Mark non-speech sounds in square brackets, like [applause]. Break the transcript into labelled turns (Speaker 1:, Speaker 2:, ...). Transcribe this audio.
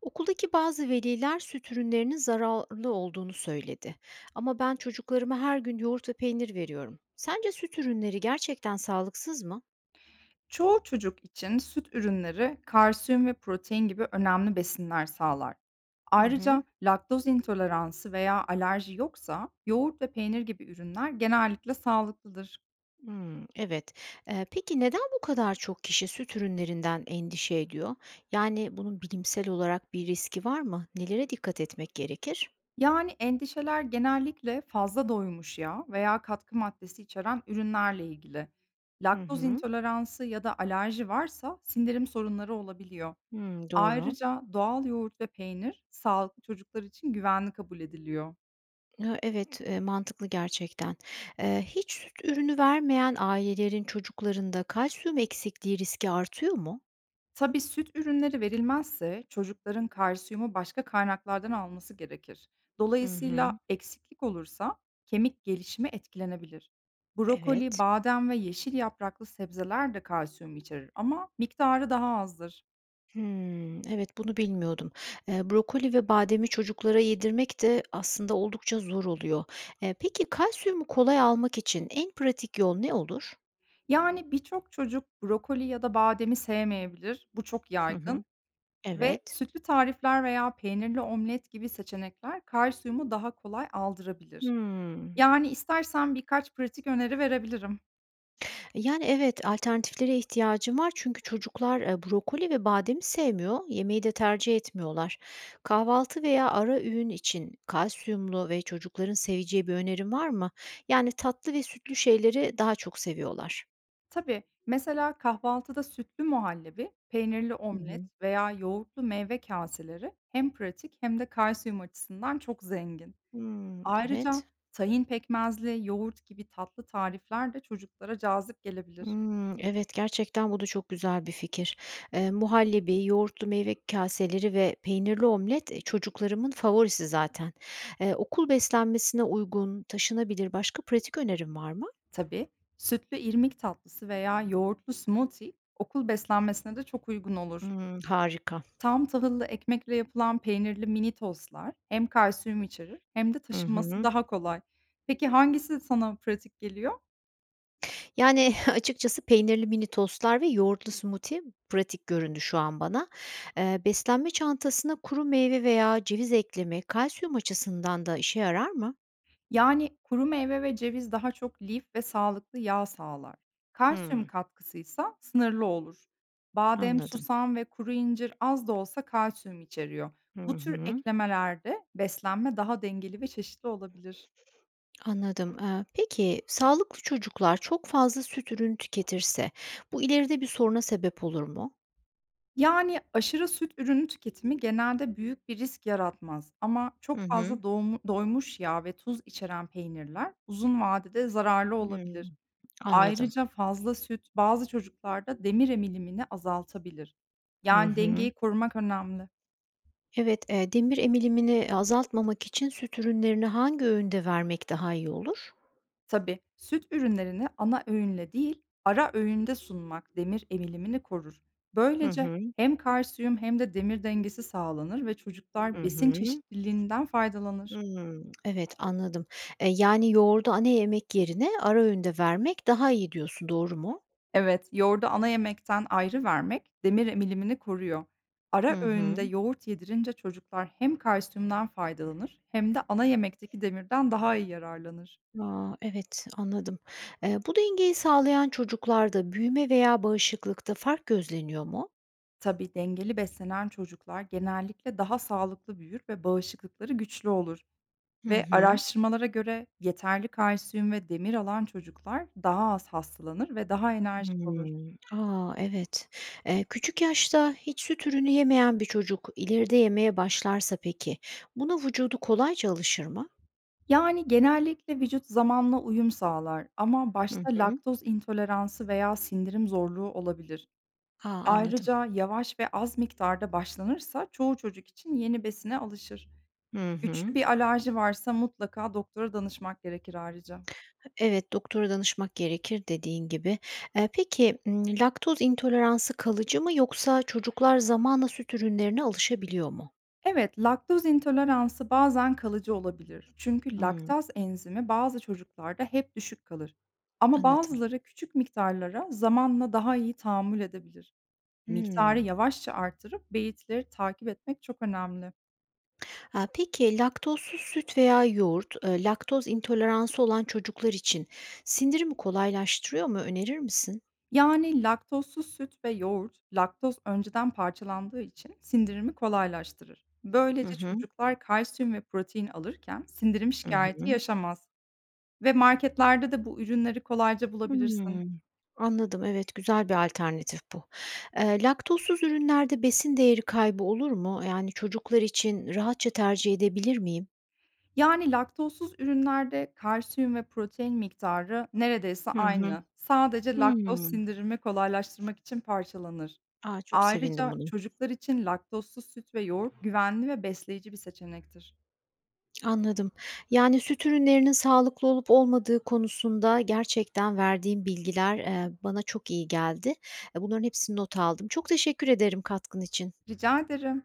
Speaker 1: Okuldaki bazı veliler süt ürünlerinin zararlı olduğunu söyledi. Ama ben çocuklarıma her gün yoğurt ve peynir veriyorum. Sence süt ürünleri gerçekten sağlıksız mı?
Speaker 2: Çoğu çocuk için süt ürünleri kalsiyum ve protein gibi önemli besinler sağlar.
Speaker 1: Hı hı.
Speaker 2: Ayrıca laktoz intoleransı veya alerji yoksa yoğurt ve peynir gibi ürünler genellikle sağlıklıdır.
Speaker 1: Hmm, evet. Peki neden bu kadar çok kişi süt ürünlerinden endişe ediyor? Yani bunun bilimsel olarak bir riski var mı? Nelere dikkat etmek gerekir?
Speaker 2: Yani endişeler genellikle fazla doymuş yağ veya katkı maddesi içeren ürünlerle ilgili.
Speaker 1: Hı
Speaker 2: Laktoz
Speaker 1: hı.
Speaker 2: intoleransı ya da alerji varsa sindirim sorunları olabiliyor.
Speaker 1: Hmm, doğru.
Speaker 2: Ayrıca doğal yoğurt ve peynir sağlıklı çocuklar için güvenli kabul ediliyor.
Speaker 1: Ha, evet, mantıklı gerçekten. Hiç süt ürünü vermeyen ailelerin çocuklarında kalsiyum eksikliği riski artıyor mu?
Speaker 2: Tabii süt ürünleri verilmezse çocukların kalsiyumu başka kaynaklardan alması gerekir.
Speaker 1: Hı hı.
Speaker 2: Dolayısıyla eksiklik olursa kemik gelişimi etkilenebilir. Brokoli,
Speaker 1: Evet.
Speaker 2: badem ve yeşil yapraklı sebzeler de kalsiyum içerir ama miktarı daha azdır.
Speaker 1: Hımm, evet, bunu bilmiyordum. Brokoli ve bademi çocuklara yedirmek de aslında oldukça zor oluyor. Peki kalsiyumu kolay almak için en pratik yol ne olur?
Speaker 2: Yani birçok çocuk brokoli ya da bademi sevmeyebilir. Bu çok
Speaker 1: Hı
Speaker 2: yaygın
Speaker 1: hı.
Speaker 2: ve
Speaker 1: Evet.
Speaker 2: sütlü tarifler veya peynirli omlet gibi seçenekler kalsiyumu daha kolay aldırabilir.
Speaker 1: Hımm.
Speaker 2: Yani istersen birkaç pratik öneri verebilirim.
Speaker 1: Yani, evet, alternatiflere ihtiyacım var çünkü çocuklar, brokoli ve bademi sevmiyor, yemeği de tercih etmiyorlar. Kahvaltı veya ara öğün için kalsiyumlu ve çocukların seveceği bir önerim var mı? Yani, tatlı ve sütlü şeyleri daha çok seviyorlar.
Speaker 2: Tabii. Mesela kahvaltıda sütlü muhallebi, peynirli
Speaker 1: Hı
Speaker 2: omlet
Speaker 1: hı.
Speaker 2: veya yoğurtlu meyve kaseleri hem pratik hem de kalsiyum açısından çok zengin.
Speaker 1: Hımm,
Speaker 2: Ayrıca
Speaker 1: evet.
Speaker 2: tahin pekmezli, yoğurt gibi tatlı tarifler de çocuklara cazip gelebilir.
Speaker 1: Hımm, evet, gerçekten bu da çok güzel bir fikir. Muhallebi, yoğurtlu meyve kaseleri ve peynirli omlet, çocuklarımın favorisi zaten. Okul beslenmesine uygun, taşınabilir başka pratik önerim var mı?
Speaker 2: Tabii sütlü irmik tatlısı veya yoğurtlu smoothie okul beslenmesine de çok uygun olur.
Speaker 1: Hımm, harika.
Speaker 2: Tam tahıllı ekmekle yapılan peynirli mini tostlar hem kalsiyum içerir hem de
Speaker 1: Hı
Speaker 2: taşınması
Speaker 1: hı.
Speaker 2: daha kolay. Peki hangisi sana pratik geliyor?
Speaker 1: Yani, [laughs] açıkçası peynirli mini tostlar ve yoğurtlu smoothie pratik göründü şu an bana. Beslenme çantasına kuru meyve veya ceviz ekleme kalsiyum açısından da işe yarar mı?
Speaker 2: Yani, kuru meyve ve ceviz daha çok lif ve sağlıklı yağ sağlar. Kalsiyum
Speaker 1: Hımm,
Speaker 2: katkısı ise sınırlı olur. Badem,
Speaker 1: anladım.
Speaker 2: susam ve kuru incir az da olsa kalsiyum içeriyor.
Speaker 1: Hı
Speaker 2: Bu tür
Speaker 1: hı.
Speaker 2: eklemelerde beslenme daha dengeli ve çeşitli olabilir.
Speaker 1: Anladım. Peki sağlıklı çocuklar çok fazla süt ürünü tüketirse bu ileride bir soruna sebep olur mu?
Speaker 2: Yani, aşırı süt ürünü tüketimi genelde büyük bir risk yaratmaz ama
Speaker 1: Hı
Speaker 2: çok
Speaker 1: hı.
Speaker 2: fazla doymuş yağ ve tuz içeren peynirler uzun vadede zararlı olabilir.
Speaker 1: Hımm. Anladım.
Speaker 2: Ayrıca fazla süt bazı çocuklarda demir emilimini azaltabilir.
Speaker 1: Hı
Speaker 2: Yani
Speaker 1: hı.
Speaker 2: dengeyi korumak önemli.
Speaker 1: Evet, demir emilimini azaltmamak için süt ürünlerini hangi öğünde vermek daha iyi olur?
Speaker 2: Tabii süt ürünlerini ana öğünle değil, ara öğünde sunmak demir emilimini korur.
Speaker 1: Hı
Speaker 2: Böylece
Speaker 1: hı.
Speaker 2: hem kalsiyum hem de demir dengesi sağlanır ve
Speaker 1: Hı
Speaker 2: çocuklar besin
Speaker 1: hı.
Speaker 2: çeşitliliğinden faydalanır.
Speaker 1: Hımm. Evet, anladım. Yani yoğurdu ana yemek yerine ara öğünde vermek daha iyi diyorsun, doğru mu?
Speaker 2: Evet, yoğurdu ana yemekten ayrı vermek demir emilimini koruyor. Ara
Speaker 1: Hı hı.
Speaker 2: öğünde yoğurt yedirince çocuklar hem kalsiyumdan faydalanır hem de ana yemekteki demirden daha iyi yararlanır.
Speaker 1: A! Evet, anladım. Bu dengeyi sağlayan çocuklarda büyüme veya bağışıklıkta fark gözleniyor mu?
Speaker 2: Tabii dengeli beslenen çocuklar genellikle daha sağlıklı büyür ve bağışıklıkları güçlü olur
Speaker 1: Hı
Speaker 2: ve
Speaker 1: hı.
Speaker 2: araştırmalara göre yeterli kalsiyum ve demir alan çocuklar daha az hastalanır ve daha enerjik olur.
Speaker 1: Hımm. A! Evet. Küçük yaşta hiç süt ürünü yemeyen bir çocuk ileride yemeye başlarsa peki, buna vücudu kolayca alışır mı?
Speaker 2: Yani genellikle vücut zamanla uyum sağlar ama
Speaker 1: Hı
Speaker 2: başta
Speaker 1: hı.
Speaker 2: laktoz intoleransı veya sindirim zorluğu olabilir.
Speaker 1: A! Anladım.
Speaker 2: Ayrıca yavaş ve az miktarda başlanırsa çoğu çocuk için yeni besine alışır.
Speaker 1: Hı
Speaker 2: Güçlü
Speaker 1: hı.
Speaker 2: bir alerji varsa mutlaka doktora danışmak gerekir ayrıca.
Speaker 1: Evet, doktora danışmak gerekir dediğin gibi. Peki, laktoz intoleransı kalıcı mı yoksa çocuklar zamanla süt ürünlerine alışabiliyor mu?
Speaker 2: Evet, laktoz intoleransı bazen kalıcı olabilir. Çünkü
Speaker 1: Hımm,
Speaker 2: laktaz enzimi bazı çocuklarda hep düşük kalır. Ama
Speaker 1: anladım.
Speaker 2: bazıları küçük miktarlara zamanla daha iyi tahammül edebilir. Miktarı
Speaker 1: Hımm.
Speaker 2: yavaşça artırıp belirtileri takip etmek çok önemli.
Speaker 1: Aaa, peki laktozsuz süt veya yoğurt, laktoz intoleransı olan çocuklar için sindirimi kolaylaştırıyor mu? Önerir misin?
Speaker 2: Yani laktozsuz süt ve yoğurt, laktoz önceden parçalandığı için sindirimi kolaylaştırır.
Speaker 1: Hı
Speaker 2: Böylece
Speaker 1: hı.
Speaker 2: çocuklar kalsiyum ve protein alırken sindirim
Speaker 1: Hı
Speaker 2: şikayeti
Speaker 1: hı.
Speaker 2: yaşamaz. Ve marketlerde de bu ürünleri kolayca bulabilirsin.
Speaker 1: Hımm. Anladım. Evet, güzel bir alternatif bu. Laktozsuz ürünlerde besin değeri kaybı olur mu? Yani çocuklar için rahatça tercih edebilir miyim?
Speaker 2: Yani laktozsuz ürünlerde kalsiyum ve protein miktarı neredeyse
Speaker 1: Hı hı.
Speaker 2: aynı. Sadece laktoz
Speaker 1: Hımm.
Speaker 2: sindirimi kolaylaştırmak için parçalanır.
Speaker 1: A, çok sevindim
Speaker 2: Ayrıca
Speaker 1: buna.
Speaker 2: çocuklar için laktozsuz süt ve yoğurt güvenli ve besleyici bir seçenektir.
Speaker 1: Anladım. Yani süt ürünlerinin sağlıklı olup olmadığı konusunda gerçekten verdiğin bilgiler, bana çok iyi geldi. Bunların hepsini not aldım. Çok teşekkür ederim katkın için.
Speaker 2: Rica ederim.